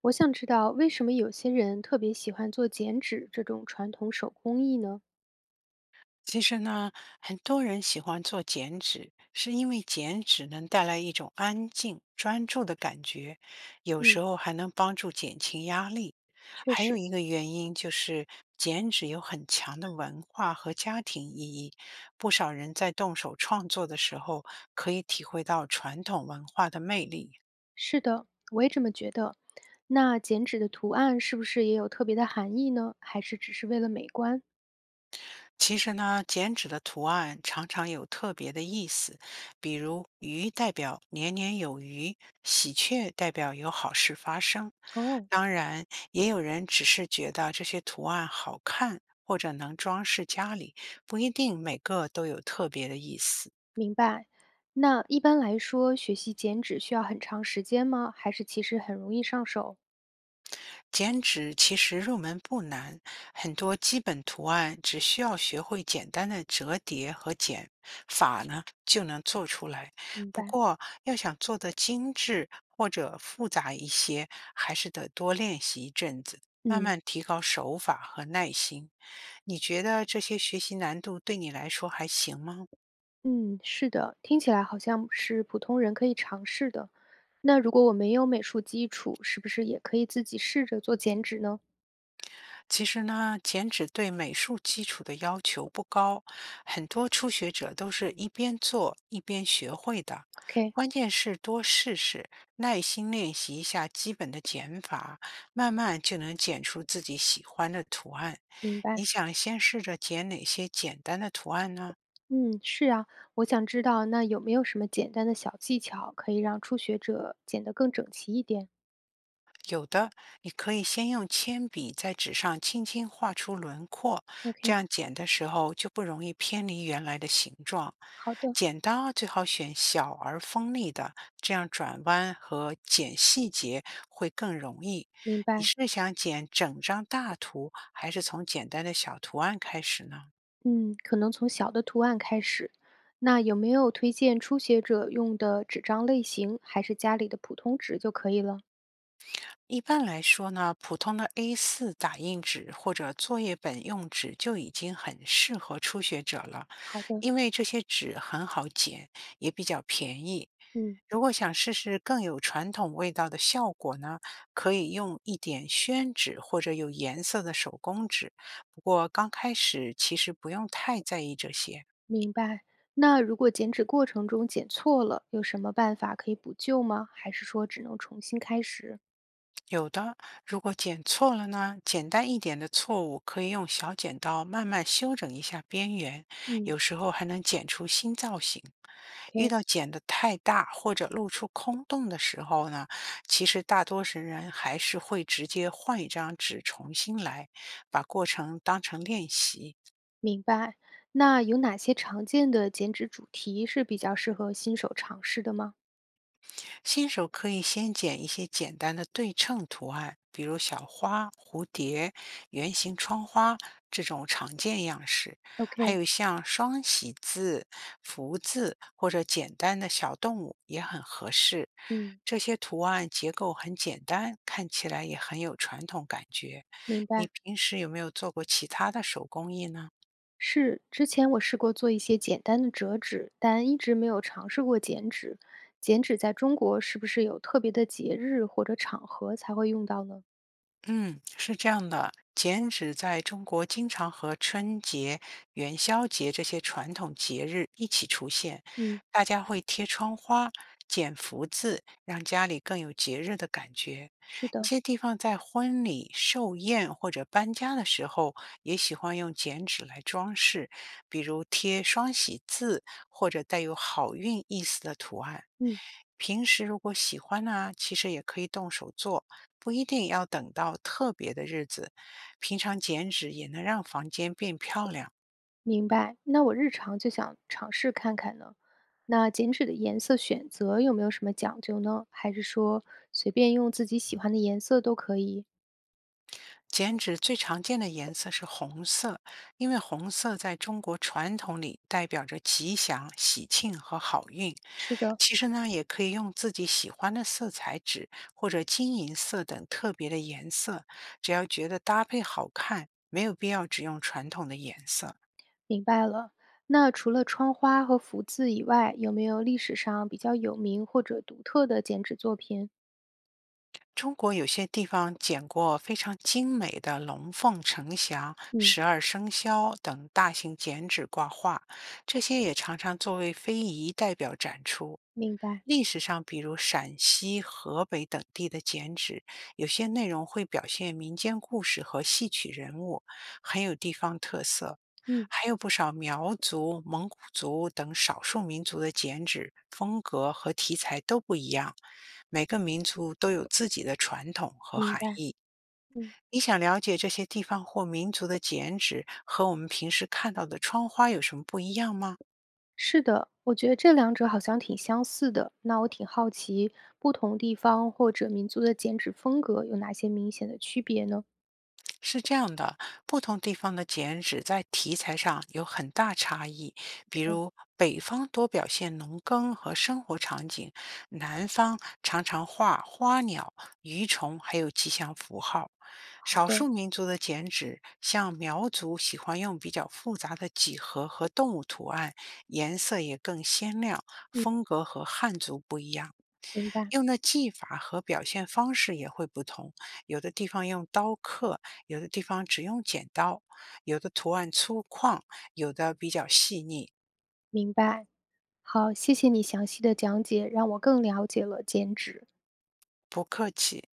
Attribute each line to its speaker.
Speaker 1: 我想知道为什么有些人特别喜欢做剪纸这种传统手工艺呢？
Speaker 2: 其实呢，很多人喜欢做剪纸，是因为剪纸能带来一种安静、专注的感觉，有时
Speaker 1: 嗯，
Speaker 2: 候还能帮助减轻压力。
Speaker 1: 确
Speaker 2: 还有
Speaker 1: 实。
Speaker 2: 一个原因就是剪纸有很强的文化和家庭意义，不少人在动手创作的时候，可以体会到传统文化的魅力。
Speaker 1: 是的，我也这么觉得。那剪纸的图案是不是也有特别的含义呢？还是只是为了美观？
Speaker 2: 其实呢，剪纸的图案常常有特别的意思，比如鱼代表年年有余，喜鹊代表有好事发生。
Speaker 1: 哦，
Speaker 2: 当然，也有人只是觉得这些图案好看，或者能装饰家里，不一定每个都有特别的意思。
Speaker 1: 明白。那一般来说，学习剪纸需要很长时间吗？还是其实很容易上手？
Speaker 2: 剪纸其实入门不难，很多基本图案只需要学会简单的折叠和剪法呢，就能做出来。
Speaker 1: 明
Speaker 2: 不
Speaker 1: 白。
Speaker 2: 过，要想做得精致或者复杂一些，还是得多练习一阵子，慢
Speaker 1: 嗯
Speaker 2: 慢提高手法和耐心。你觉得这些学习难度对你来说还行吗？
Speaker 1: 嗯，是的，听起来好像是普通人可以尝试的。那如果我没有美术基础，是不是也可以自己试着做剪纸呢？
Speaker 2: 其实呢，剪纸对美术基础的要求不高，很多初学者都是一边做一边学会的。
Speaker 1: OK，
Speaker 2: 关键是多试试，耐心练习一下基本的剪法，慢慢就能剪出自己喜欢的图案。
Speaker 1: 明
Speaker 2: 你
Speaker 1: 白。
Speaker 2: 想先试着剪哪些简单的图案呢？
Speaker 1: 嗯，是啊，我想知道那有没有什么简单的小技巧可以让初学者剪得更整齐一点
Speaker 2: 有的，你可以先用铅笔在纸上轻轻画出轮廓，这
Speaker 1: ？OK，
Speaker 2: 样剪的时候就不容易偏离原来的形状。
Speaker 1: 好的，
Speaker 2: 剪刀最好选小而锋利的，这样转弯和剪细节会更容易。
Speaker 1: 明
Speaker 2: 你
Speaker 1: 白。
Speaker 2: 是想剪整张大图，还是从简单的小图案开始呢？
Speaker 1: 嗯，可能从小的图案开始。那有没有推荐初学者用的纸张类型，还是家里的普通纸就可以了？
Speaker 2: 一般来说呢，普通的 A4 打印纸或者作业本用纸就已经很适合初学者了，
Speaker 1: 好的，
Speaker 2: 因为这些纸很好剪，也比较便宜。
Speaker 1: 嗯，
Speaker 2: 如果想试试更有传统味道的效果呢，可以用一点宣纸或者有颜色的手工纸。不过刚开始其实不用太在意这些。
Speaker 1: 明白。那如果剪纸过程中剪错了，有什么办法可以补救吗？还是说只能重新开始？
Speaker 2: 有的，如果剪错了呢，简单一点的错误可以用小剪刀慢慢修整一下边缘，
Speaker 1: 嗯
Speaker 2: 有时候还能剪出新造型。遇
Speaker 1: ，OK。
Speaker 2: 到剪得太大或者露出空洞的时候呢，其实大多数人还是会直接换一张纸重新来，把过程当成练习。
Speaker 1: 明白。那有哪些常见的剪纸主题是比较适合新手尝试的吗
Speaker 2: 新手可以先剪一些简单的对称图案，比如小花、蝴蝶、圆形窗花这种常见样式，还
Speaker 1: ？OK，
Speaker 2: 有像双喜字、福字或者简单的小动物也很合适。
Speaker 1: 嗯，
Speaker 2: 这些图案结构很简单，看起来也很有传统感觉。
Speaker 1: 明
Speaker 2: 你
Speaker 1: 白。
Speaker 2: 平时有没有做过其他的手工艺呢？
Speaker 1: 是之前我试过做一些简单的折纸，但一直没有尝试过剪纸。剪纸在中国是不是有特别的节日或者场合才会用到呢？
Speaker 2: 嗯，是这样的，剪纸在中国经常和春节、元宵节这些传统节日一起出现，
Speaker 1: 嗯，
Speaker 2: 大家会贴窗花、剪福字，让家里更有节日的感觉。
Speaker 1: 是
Speaker 2: 一
Speaker 1: 的。
Speaker 2: 些地方在婚礼、寿宴或者搬家的时候，也喜欢用剪纸来装饰，比如贴双喜字或者带有好运意思的图案。
Speaker 1: 嗯。
Speaker 2: 平时如果喜欢呢，其实也可以动手做。不一定要等到特别的日子，平常剪纸也能让房间变漂亮。
Speaker 1: 明白。那我日常就想尝试看看呢。那剪纸的颜色选择有没有什么讲究呢？还是说随便用自己喜欢的颜色都可以？
Speaker 2: 剪纸最常见的颜色是红色，因为红色在中国传统里代表着吉祥、喜庆和好运。
Speaker 1: 是的，
Speaker 2: 其实呢，也可以用自己喜欢的色彩纸或者金银色等特别的颜色，只要觉得搭配好看，没有必要只用传统的颜色。
Speaker 1: 明白了。那除了窗花和福字以外，有没有历史上比较有名或者独特的剪纸作品？
Speaker 2: 中国有些地方剪过非常精美的龙凤呈祥、
Speaker 1: 嗯，
Speaker 2: 十二生肖等大型剪纸挂画，这些也常常作为非遗代表展出。
Speaker 1: 明白。
Speaker 2: 历史上，比如陕西、河北等地的剪纸，有些内容会表现民间故事和戏曲人物，很有地方特色。
Speaker 1: 嗯，
Speaker 2: 还有不少苗族、蒙古族等少数民族的剪纸风格和题材都不一样，每个民族都有自己的传统和
Speaker 1: 明
Speaker 2: 含
Speaker 1: 白。
Speaker 2: 义。
Speaker 1: 嗯，
Speaker 2: 你想了解这些地方或民族的剪纸和我们平时看到的窗花有什么不一样吗？
Speaker 1: 是的，我觉得这两者好像挺相似的。那我挺好奇，不同地方或者民族的剪纸风格有哪些明显的区别呢？
Speaker 2: 是这样的，不同地方的剪纸在题材上有很大差异。比如，北方多表现农耕和生活场景，南方常常画花鸟、鱼虫，还有吉祥符号。
Speaker 1: 好
Speaker 2: 少
Speaker 1: 的，
Speaker 2: 数民族的剪纸，像苗族喜欢用比较复杂的几何和动物图案，颜色也更鲜亮，
Speaker 1: 嗯，
Speaker 2: 风格和汉族不一样。
Speaker 1: 明白，
Speaker 2: 用的技法和表现方式也会不同，有的地方用刀刻，有的地方只用剪刀，有的图案粗犷，有的比较细腻。
Speaker 1: 明白。好，谢谢你详细的讲解，让我更了解了剪纸。
Speaker 2: 不客气。